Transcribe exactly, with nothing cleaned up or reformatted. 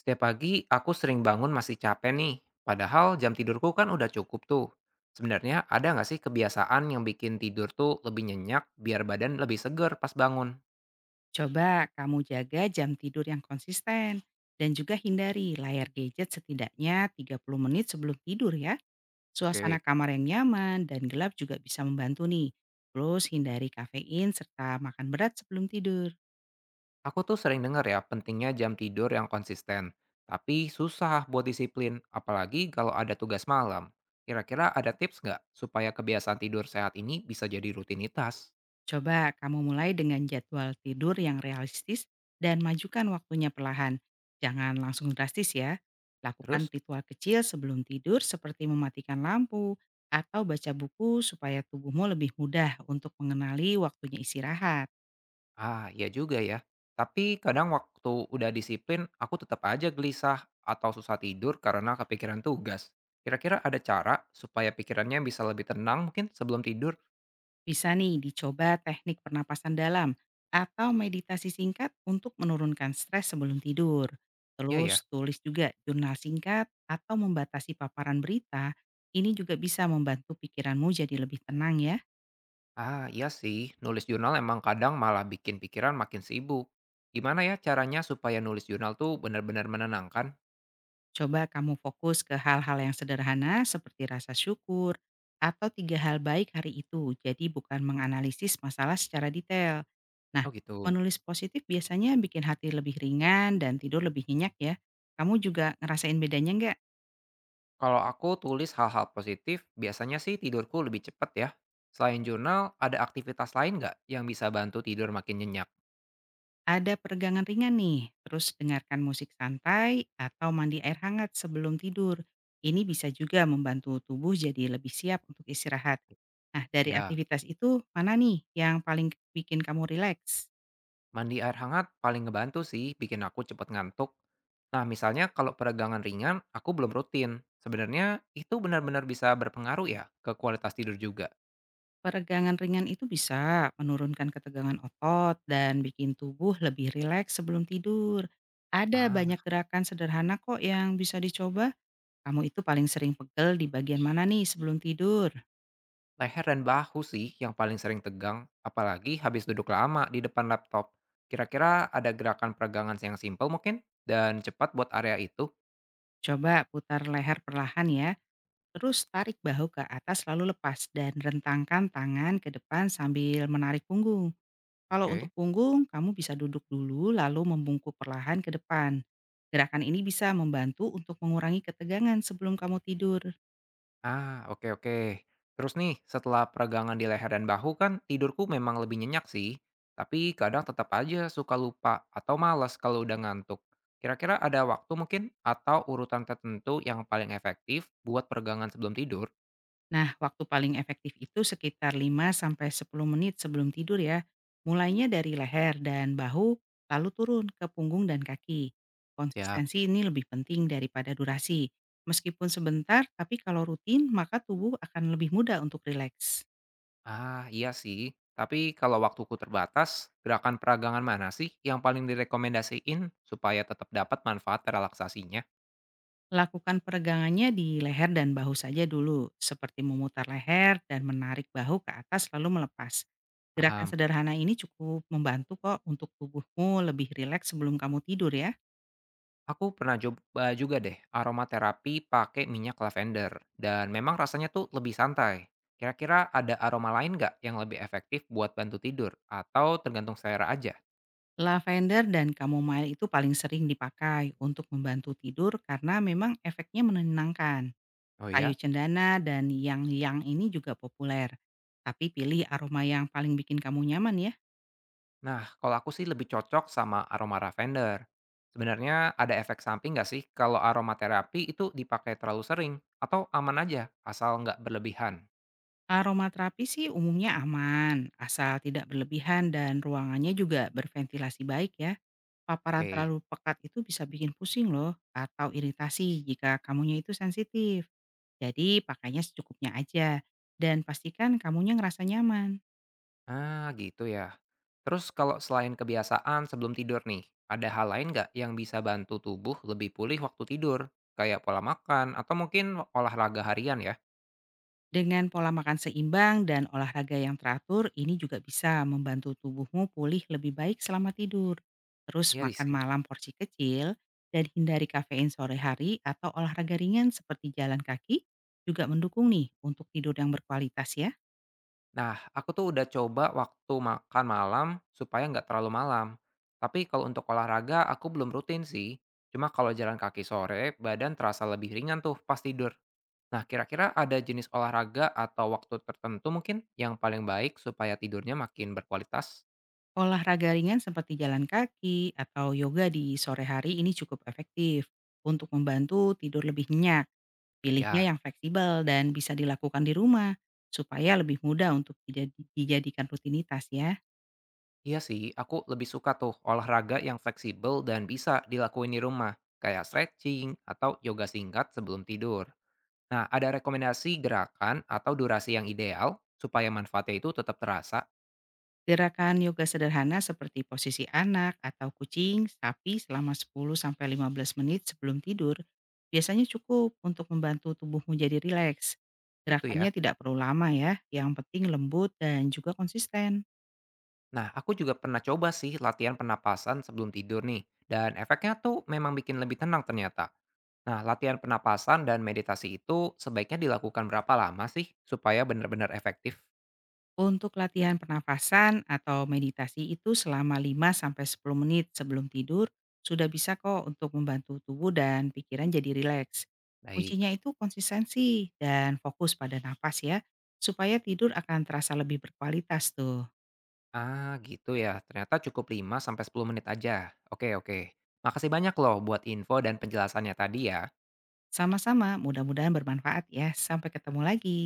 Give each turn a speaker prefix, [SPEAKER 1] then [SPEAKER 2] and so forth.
[SPEAKER 1] Setiap pagi aku sering bangun masih capek nih, padahal jam tidurku kan udah cukup tuh. Sebenarnya ada nggak sih kebiasaan yang bikin tidur tuh lebih nyenyak biar badan lebih seger pas bangun?
[SPEAKER 2] Coba kamu jaga jam tidur yang konsisten dan juga hindari layar gadget setidaknya tiga puluh menit sebelum tidur ya. Suasana
[SPEAKER 1] Oke,
[SPEAKER 2] kamar yang nyaman dan gelap juga bisa membantu nih. Terus hindari kafein serta makan berat sebelum tidur.
[SPEAKER 1] aku tuh sering dengar ya pentingnya jam tidur yang konsisten, tapi susah buat disiplin, apalagi kalau ada tugas malam. Kira-kira ada tips nggak supaya kebiasaan tidur sehat ini bisa jadi rutinitas?
[SPEAKER 2] Coba kamu mulai dengan jadwal tidur yang realistis dan majukan waktunya perlahan. Jangan langsung drastis ya. Lakukan
[SPEAKER 1] Terus?
[SPEAKER 2] ritual kecil sebelum tidur seperti mematikan lampu atau baca buku supaya tubuhmu lebih mudah untuk mengenali waktunya istirahat.
[SPEAKER 1] Ah, iya juga ya. Tapi kadang waktu udah disiplin, aku tetap aja gelisah atau susah tidur karena kepikiran tugas. Kira-kira ada cara supaya pikirannya bisa lebih tenang mungkin sebelum tidur?
[SPEAKER 2] Bisa nih dicoba teknik pernapasan dalam atau meditasi singkat untuk menurunkan stres sebelum tidur.
[SPEAKER 1] Iya ya.
[SPEAKER 2] Terus tulis juga jurnal singkat atau membatasi paparan berita, ini juga bisa membantu pikiranmu jadi lebih tenang ya.
[SPEAKER 1] Ah, iya sih. Nulis jurnal emang kadang malah bikin pikiran makin sibuk. Gimana ya caranya supaya nulis jurnal tuh benar-benar menenangkan?
[SPEAKER 2] Coba kamu fokus ke hal-hal yang sederhana seperti rasa syukur atau tiga hal baik hari itu. Jadi bukan menganalisis masalah secara detail. Nah,
[SPEAKER 1] Oh gitu.
[SPEAKER 2] menulis positif biasanya bikin hati lebih ringan dan tidur lebih nyenyak ya. Kamu juga ngerasain bedanya nggak?
[SPEAKER 1] Kalau aku tulis hal-hal positif, biasanya sih tidurku lebih cepat ya. Selain jurnal, ada aktivitas lain nggak yang bisa bantu tidur makin nyenyak?
[SPEAKER 2] Ada peregangan ringan nih, terus dengarkan musik santai atau mandi air hangat sebelum tidur. Ini bisa juga membantu tubuh jadi lebih siap untuk istirahat. Nah, dari
[SPEAKER 1] Ya.
[SPEAKER 2] aktivitas itu, mana nih yang paling bikin kamu rileks?
[SPEAKER 1] Mandi air hangat paling ngebantu sih bikin aku cepet ngantuk. Nah, misalnya kalau peregangan ringan, aku belum rutin. Sebenarnya itu benar-benar bisa berpengaruh ya ke kualitas tidur juga.
[SPEAKER 2] Peregangan ringan itu bisa menurunkan ketegangan otot dan bikin tubuh lebih rileks sebelum tidur. Ada banyak
[SPEAKER 1] Ah,
[SPEAKER 2] gerakan sederhana kok yang bisa dicoba. Kamu itu paling sering pegel di bagian mana nih sebelum tidur?
[SPEAKER 1] Leher dan bahu sih yang paling sering tegang, apalagi habis duduk lama di depan laptop. Kira-kira ada gerakan peregangan yang simpel mungkin dan cepat buat area itu.
[SPEAKER 2] Coba putar leher perlahan ya. Terus tarik bahu ke atas lalu lepas dan rentangkan tangan ke depan sambil menarik punggung. Kalau untuk
[SPEAKER 1] Oke.
[SPEAKER 2] punggung, kamu bisa duduk dulu lalu membungkuk perlahan ke depan. Gerakan ini bisa membantu untuk mengurangi ketegangan sebelum kamu tidur.
[SPEAKER 1] Ah, oke, oke. Terus nih, setelah peregangan di leher dan bahu kan tidurku memang lebih nyenyak sih, tapi kadang tetap aja suka lupa atau malas kalau udah ngantuk. Kira-kira ada waktu mungkin atau urutan tertentu yang paling efektif buat peregangan sebelum tidur?
[SPEAKER 2] Nah, waktu paling efektif itu sekitar lima sampai sepuluh menit sebelum tidur ya. Mulainya dari leher dan bahu, lalu turun ke punggung dan kaki.
[SPEAKER 1] Siap.
[SPEAKER 2] Konsistensi ini lebih penting daripada durasi. Meskipun sebentar, tapi kalau rutin, maka tubuh akan lebih mudah untuk rileks.
[SPEAKER 1] Ah, iya sih. Tapi kalau waktuku terbatas, gerakan peregangan mana sih yang paling direkomendasiin supaya tetap dapat manfaat relaksasinya?
[SPEAKER 2] Lakukan peregangannya di leher dan bahu saja dulu, seperti memutar leher dan menarik bahu ke atas lalu melepas. Gerakan
[SPEAKER 1] Paham.
[SPEAKER 2] sederhana ini cukup membantu kok untuk tubuhmu lebih rileks sebelum kamu tidur ya.
[SPEAKER 1] Aku pernah coba juga deh aromaterapi pakai minyak lavender dan memang rasanya tuh lebih santai. Kira-kira ada aroma lain nggak yang lebih efektif buat bantu tidur atau tergantung selera aja?
[SPEAKER 2] Lavender dan chamomile itu paling sering dipakai untuk membantu tidur karena memang efeknya menenangkan.
[SPEAKER 1] Oh
[SPEAKER 2] Kayu
[SPEAKER 1] ya?
[SPEAKER 2] cendana dan yang-yang ini juga populer. Tapi pilih aroma yang paling bikin kamu nyaman ya.
[SPEAKER 1] Nah, kalau aku sih lebih cocok sama aroma lavender. Sebenarnya ada efek samping nggak sih kalau aromaterapi itu dipakai terlalu sering atau aman aja asal nggak berlebihan?
[SPEAKER 2] Aroma terapi sih umumnya aman, asal tidak berlebihan dan ruangannya juga berventilasi baik ya. Paparan
[SPEAKER 1] Oke.
[SPEAKER 2] terlalu pekat itu bisa bikin pusing loh atau iritasi jika kamunya itu sensitif. Jadi pakainya secukupnya aja dan pastikan kamunya ngerasa nyaman.
[SPEAKER 1] Ah, gitu ya. Terus kalau selain kebiasaan sebelum tidur nih, ada hal lain nggak yang bisa bantu tubuh lebih pulih waktu tidur? Kayak pola makan atau mungkin olahraga harian ya?
[SPEAKER 2] Dengan pola makan seimbang dan olahraga yang teratur, ini juga bisa membantu tubuhmu pulih lebih baik selama tidur. Terus
[SPEAKER 1] Iya
[SPEAKER 2] makan
[SPEAKER 1] sih.
[SPEAKER 2] malam porsi kecil dan hindari kafein sore hari atau olahraga ringan seperti jalan kaki juga mendukung nih untuk tidur yang berkualitas ya.
[SPEAKER 1] Nah, aku tuh udah coba waktu makan malam supaya nggak terlalu malam. Tapi kalau untuk olahraga, aku belum rutin sih. Cuma kalau jalan kaki sore, badan terasa lebih ringan tuh pas tidur. Nah, kira-kira ada jenis olahraga atau waktu tertentu mungkin yang paling baik supaya tidurnya makin berkualitas?
[SPEAKER 2] Olahraga ringan seperti jalan kaki atau yoga di sore hari ini cukup efektif untuk membantu tidur lebih nyenyak. Pilihnya
[SPEAKER 1] Ya,
[SPEAKER 2] yang fleksibel dan bisa dilakukan di rumah, supaya lebih mudah untuk dijadi- dijadikan rutinitas ya.
[SPEAKER 1] iya sih, aku lebih suka tuh olahraga yang fleksibel dan bisa dilakuin di rumah, kayak stretching atau yoga singkat sebelum tidur. Nah, ada rekomendasi gerakan atau durasi yang ideal supaya manfaatnya itu tetap terasa
[SPEAKER 2] Gerakan yoga sederhana seperti posisi anak atau kucing, sapi selama sepuluh sampai lima belas menit sebelum tidur biasanya cukup untuk membantu tubuhmu jadi rileks.
[SPEAKER 1] gitu
[SPEAKER 2] Gerakannya
[SPEAKER 1] ya.
[SPEAKER 2] tidak perlu lama ya, yang penting lembut dan juga konsisten.
[SPEAKER 1] Nah, aku juga pernah coba sih latihan pernapasan sebelum tidur nih, dan efeknya tuh memang bikin lebih tenang ternyata. Nah, latihan pernapasan dan meditasi itu sebaiknya dilakukan berapa lama sih supaya benar-benar efektif?
[SPEAKER 2] Untuk latihan pernafasan atau meditasi itu selama lima sampai sepuluh menit sebelum tidur sudah bisa kok untuk membantu tubuh dan pikiran jadi rileks. Kuncinya
[SPEAKER 1] Baik.
[SPEAKER 2] itu konsistensi dan fokus pada napas ya, supaya tidur akan terasa lebih berkualitas tuh.
[SPEAKER 1] Ah, gitu ya. Ternyata cukup lima sampai sepuluh menit aja. Oke, oke. Makasih banyak loh buat info dan penjelasannya tadi ya.
[SPEAKER 2] Sama-sama, mudah-mudahan bermanfaat ya. Sampai ketemu lagi.